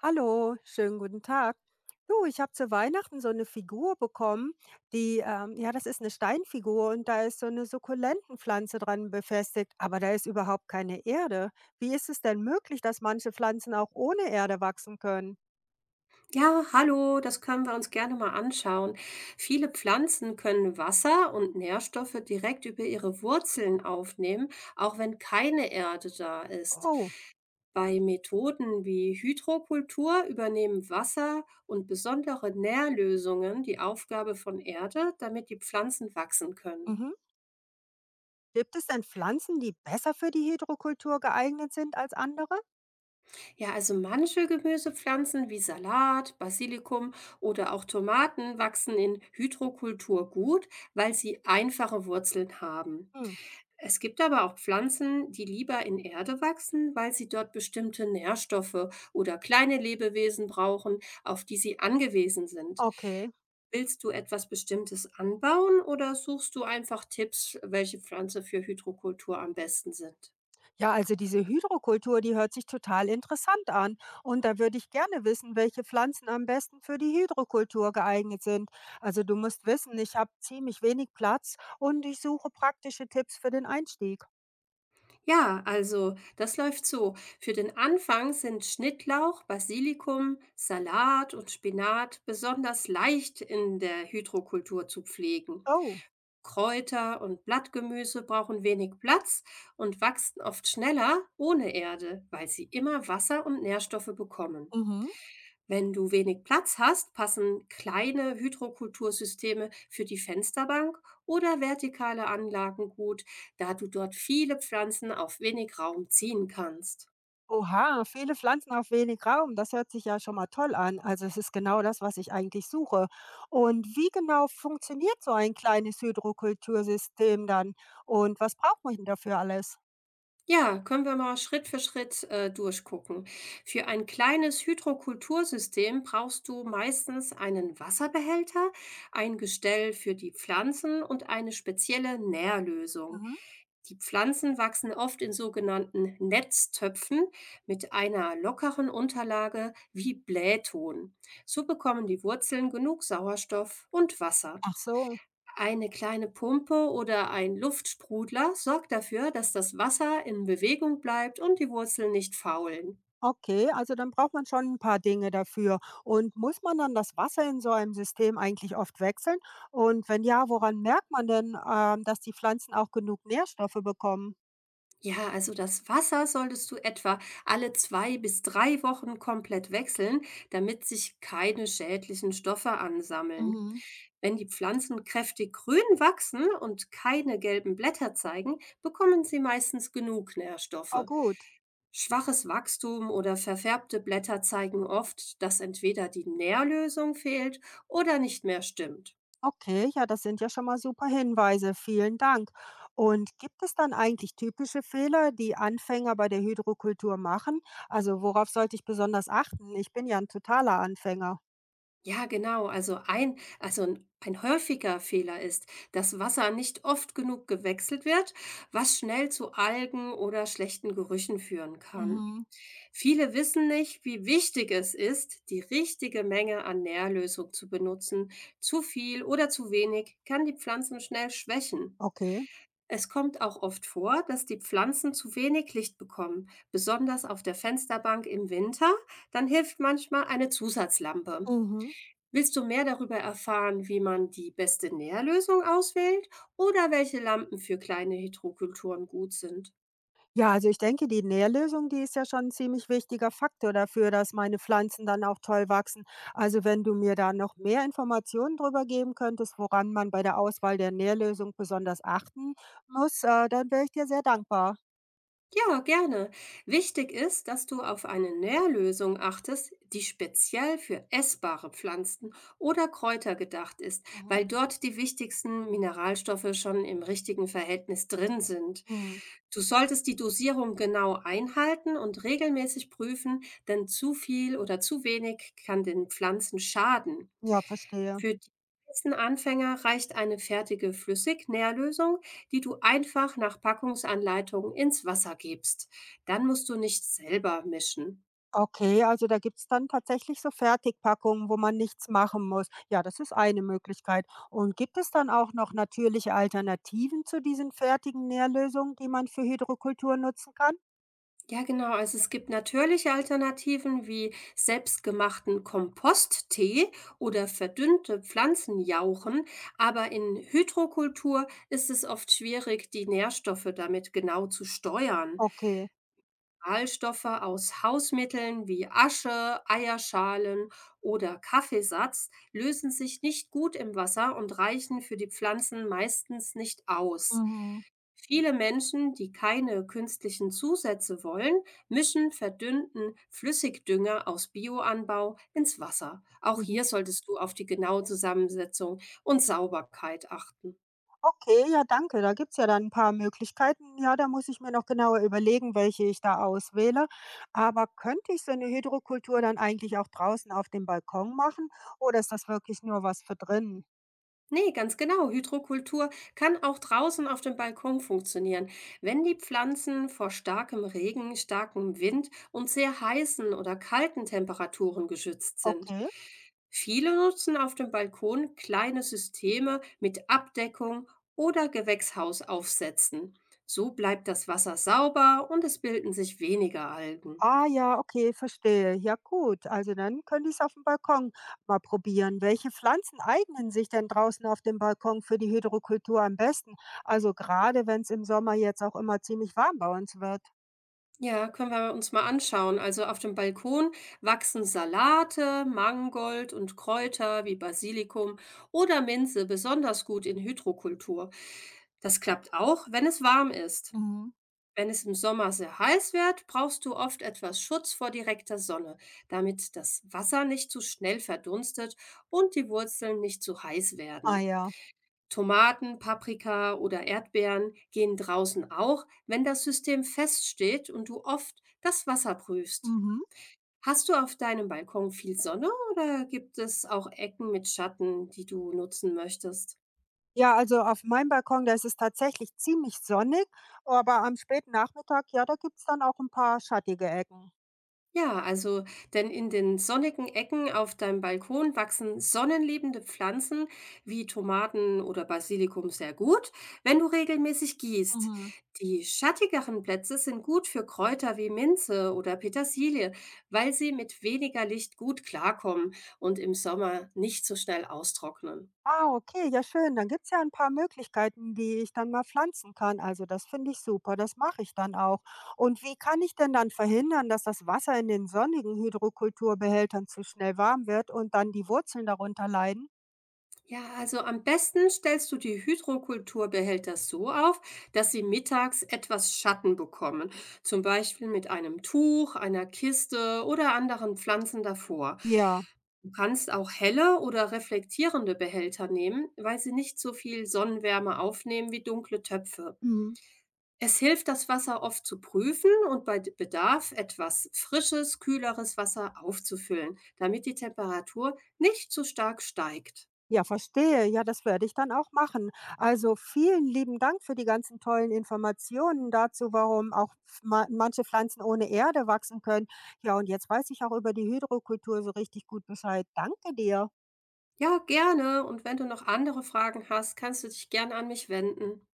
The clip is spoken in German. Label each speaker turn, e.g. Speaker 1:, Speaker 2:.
Speaker 1: Hallo, schönen guten Tag. Du, ich habe zu Weihnachten so eine Figur bekommen, die, ja, das ist eine Steinfigur und da ist so eine Sukkulentenpflanze dran befestigt, aber da ist überhaupt keine Erde. Wie ist es denn möglich, dass manche Pflanzen auch ohne Erde wachsen können?
Speaker 2: Ja, hallo, das können wir uns gerne mal anschauen. Viele Pflanzen können Wasser und Nährstoffe direkt über ihre Wurzeln aufnehmen, auch wenn keine Erde da ist.
Speaker 1: Oh,
Speaker 2: Bei Methoden wie Hydrokultur übernehmen Wasser und besondere Nährlösungen die Aufgabe von Erde, damit die Pflanzen wachsen können.
Speaker 1: mhm. Gibt es denn Pflanzen, die besser für die Hydrokultur geeignet sind als andere?
Speaker 2: Ja, also manche Gemüsepflanzen wie Salat, Basilikum oder auch Tomaten wachsen in Hydrokultur gut, weil sie einfache Wurzeln haben.
Speaker 1: Hm,
Speaker 2: Es gibt aber auch Pflanzen, die lieber in Erde wachsen, weil sie dort bestimmte Nährstoffe oder kleine Lebewesen brauchen, auf die sie angewiesen sind.
Speaker 1: okay.
Speaker 2: Willst du etwas Bestimmtes anbauen oder suchst du einfach Tipps, welche Pflanze für Hydrokultur am besten sind?
Speaker 1: Ja, also diese Hydrokultur, die hört sich total interessant an. Und da würde ich gerne wissen, welche Pflanzen am besten für die Hydrokultur geeignet sind. Also du musst wissen, ich habe ziemlich wenig Platz und ich suche praktische Tipps für den Einstieg.
Speaker 2: Ja, also das läuft so. Für den Anfang sind Schnittlauch, Basilikum, Salat und Spinat besonders leicht in der Hydrokultur zu pflegen.
Speaker 1: Oh.
Speaker 2: Kräuter und Blattgemüse brauchen wenig Platz und wachsen oft schneller ohne Erde, weil sie immer Wasser und Nährstoffe bekommen.
Speaker 1: Mhm.
Speaker 2: Wenn du wenig Platz hast, passen kleine Hydrokultursysteme für die Fensterbank oder vertikale Anlagen gut, da du dort viele Pflanzen auf wenig Raum ziehen kannst.
Speaker 1: Oha, viele Pflanzen auf wenig Raum. Das hört sich ja schon mal toll an. Also es ist genau das, was ich eigentlich suche. Und wie genau funktioniert so ein kleines Hydrokultursystem dann? Und was braucht man dafür alles?
Speaker 2: Ja, können wir mal Schritt für Schritt durchgucken. Für ein kleines Hydrokultursystem brauchst du meistens einen Wasserbehälter, ein Gestell für die Pflanzen und eine spezielle Nährlösung.
Speaker 1: Mhm.
Speaker 2: Die Pflanzen wachsen oft in sogenannten Netztöpfen mit einer lockeren Unterlage wie Blähton. So bekommen die Wurzeln genug Sauerstoff und Wasser.
Speaker 1: Ach so.
Speaker 2: Eine kleine Pumpe oder ein Luftsprudler sorgt dafür, dass das Wasser in Bewegung bleibt und die Wurzeln nicht faulen.
Speaker 1: Okay, also dann braucht man schon ein paar Dinge dafür. Und muss man dann das Wasser in so einem System eigentlich oft wechseln? Und wenn ja, woran merkt man denn, dass die Pflanzen auch genug Nährstoffe bekommen?
Speaker 2: Ja, also das Wasser solltest du etwa alle 2 bis 3 Wochen komplett wechseln, damit sich keine schädlichen Stoffe ansammeln.
Speaker 1: Mhm.
Speaker 2: Wenn die Pflanzen kräftig grün wachsen und keine gelben Blätter zeigen, bekommen sie meistens genug Nährstoffe.
Speaker 1: Oh gut,
Speaker 2: Schwaches Wachstum oder verfärbte Blätter zeigen oft, dass entweder die Nährlösung fehlt oder nicht mehr stimmt.
Speaker 1: okay, ja, das sind ja schon mal super Hinweise. Vielen Dank. Und gibt es dann eigentlich typische Fehler, die Anfänger bei der Hydrokultur machen? Also, worauf sollte ich besonders achten? Ich bin ja ein totaler Anfänger.
Speaker 2: Ja, genau. Also ein häufiger Fehler ist, dass Wasser nicht oft genug gewechselt wird, was schnell zu Algen oder schlechten Gerüchen führen kann.
Speaker 1: Mhm.
Speaker 2: Viele wissen nicht, wie wichtig es ist, die richtige Menge an Nährlösung zu benutzen. Zu viel oder zu wenig kann die Pflanzen schnell schwächen.
Speaker 1: Okay.
Speaker 2: Es kommt auch oft vor, dass die Pflanzen zu wenig Licht bekommen, besonders auf der Fensterbank im Winter. Dann hilft manchmal eine Zusatzlampe.
Speaker 1: Mhm.
Speaker 2: Willst du mehr darüber erfahren, wie man die beste Nährlösung auswählt oder welche Lampen für kleine Hydrokulturen gut sind?
Speaker 1: Ja, also ich denke, die Nährlösung, die ist ja schon ein ziemlich wichtiger Faktor dafür, dass meine Pflanzen dann auch toll wachsen. Also, wenn du mir da noch mehr Informationen darüber geben könntest, woran man bei der Auswahl der Nährlösung besonders achten muss, dann wäre ich dir sehr dankbar.
Speaker 2: Ja, gerne. Wichtig ist, dass du auf eine Nährlösung achtest, die speziell für essbare Pflanzen oder Kräuter gedacht ist,
Speaker 1: Mhm.
Speaker 2: weil dort die wichtigsten Mineralstoffe schon im richtigen Verhältnis drin sind.
Speaker 1: Mhm.
Speaker 2: Du solltest die Dosierung genau einhalten und regelmäßig prüfen, denn zu viel oder zu wenig kann den Pflanzen schaden.
Speaker 1: Ja, verstehe.
Speaker 2: Für die meisten Anfänger reicht eine fertige Flüssignährlösung, die du einfach nach Packungsanleitung ins Wasser gibst. Dann musst du nicht selber mischen.
Speaker 1: Okay, also da gibt's dann tatsächlich so Fertigpackungen, wo man nichts machen muss. Ja, das ist eine Möglichkeit. Und gibt es dann auch noch natürliche Alternativen zu diesen fertigen Nährlösungen, die man für Hydrokultur nutzen kann?
Speaker 2: Ja, genau. Also es gibt natürliche Alternativen wie selbstgemachten Komposttee oder verdünnte
Speaker 1: Mhm.
Speaker 2: Pflanzenjauchen, aber in Hydrokultur ist es oft schwierig, die Nährstoffe damit genau zu steuern.
Speaker 1: Okay.
Speaker 2: Mineralstoffe aus Hausmitteln wie Asche, Eierschalen oder Kaffeesatz lösen sich nicht gut im Wasser und reichen für die Pflanzen meistens nicht aus.
Speaker 1: Mhm.
Speaker 2: Viele Menschen, die keine künstlichen Zusätze wollen, mischen verdünnten Flüssigdünger aus Bioanbau ins Wasser. Auch
Speaker 1: Mhm.
Speaker 2: hier solltest du auf die genaue Zusammensetzung und Sauberkeit achten.
Speaker 1: Okay, ja, danke. Da gibt's ja dann ein paar Möglichkeiten. Ja, da muss ich mir noch genauer überlegen, welche ich da auswähle. Aber könnte ich so eine Hydrokultur dann eigentlich auch draußen auf dem Balkon machen oder ist das wirklich nur was für drinnen?
Speaker 2: Nee, ganz genau. Hydrokultur kann auch draußen auf dem Balkon funktionieren, wenn die Pflanzen vor starkem Regen, starkem Wind und sehr heißen oder kalten Temperaturen geschützt sind.
Speaker 1: Okay.
Speaker 2: Viele nutzen auf dem Balkon kleine Systeme mit Abdeckung oder Gewächshaus aufsetzen. So bleibt das Wasser sauber und es bilden sich weniger Algen.
Speaker 1: Ah ja, okay, verstehe. Ja gut, also dann könnte ich es auf dem Balkon mal probieren. Welche Pflanzen eignen sich denn draußen auf dem Balkon für die Hydrokultur am besten? Also gerade wenn es im Sommer jetzt auch immer ziemlich warm bei uns wird.
Speaker 2: Ja, können wir uns mal anschauen. Also auf dem Balkon wachsen Salate, Mangold und Kräuter wie Basilikum oder Minze besonders gut in Hydrokultur. Das klappt auch, wenn es warm ist.
Speaker 1: Mhm.
Speaker 2: Wenn es im Sommer sehr heiß wird, brauchst du oft etwas Schutz vor direkter Sonne, damit das Wasser nicht zu schnell verdunstet und die Wurzeln nicht zu heiß
Speaker 1: Ah
Speaker 2: werden.
Speaker 1: ja.
Speaker 2: Tomaten, Paprika oder Erdbeeren gehen draußen auch, wenn das System feststeht und du oft das Wasser prüfst.
Speaker 1: Mhm.
Speaker 2: Hast du auf deinem Balkon viel Sonne oder gibt es auch Ecken mit Schatten, die du nutzen möchtest?
Speaker 1: Ja, also auf meinem Balkon, da ist es tatsächlich ziemlich sonnig, aber am späten Nachmittag, ja, da gibt es dann auch ein paar schattige Ecken.
Speaker 2: Ja, also, denn in den sonnigen Ecken auf deinem Balkon wachsen sonnenliebende Pflanzen wie Tomaten oder Basilikum sehr gut, wenn du regelmäßig gießt.
Speaker 1: Mhm.
Speaker 2: Die schattigeren Plätze sind gut für Kräuter wie Minze oder Petersilie, weil sie mit weniger Licht gut klarkommen und im Sommer nicht so schnell austrocknen.
Speaker 1: Ah, okay, ja schön. Dann gibt es ja ein paar Möglichkeiten, die ich dann mal pflanzen kann. Also das finde ich super, das mache ich dann auch. Und wie kann ich denn dann verhindern, dass das Wasser in den sonnigen Hydrokulturbehältern zu schnell warm wird und dann die Wurzeln darunter leiden?
Speaker 2: Ja, also am besten stellst du die Hydrokulturbehälter so auf, dass sie mittags etwas Schatten bekommen, zum Beispiel mit einem Tuch, einer Kiste oder anderen Pflanzen davor.
Speaker 1: Ja.
Speaker 2: Du kannst auch helle oder reflektierende Behälter nehmen, weil sie nicht so viel Sonnenwärme aufnehmen wie dunkle Töpfe.
Speaker 1: Mhm.
Speaker 2: Es hilft, das Wasser oft zu prüfen und bei Bedarf etwas frisches, kühleres Wasser aufzufüllen, damit die Temperatur nicht zu stark steigt.
Speaker 1: Ja, verstehe. Ja, das werde ich dann auch machen. Also vielen lieben Dank für die ganzen tollen Informationen dazu, warum auch ma manche Pflanzen ohne Erde wachsen können. Ja, und jetzt weiß ich auch über die Hydrokultur so richtig gut Bescheid. Danke dir.
Speaker 2: Ja, gerne. Und wenn du noch andere Fragen hast, kannst du dich gerne an mich wenden.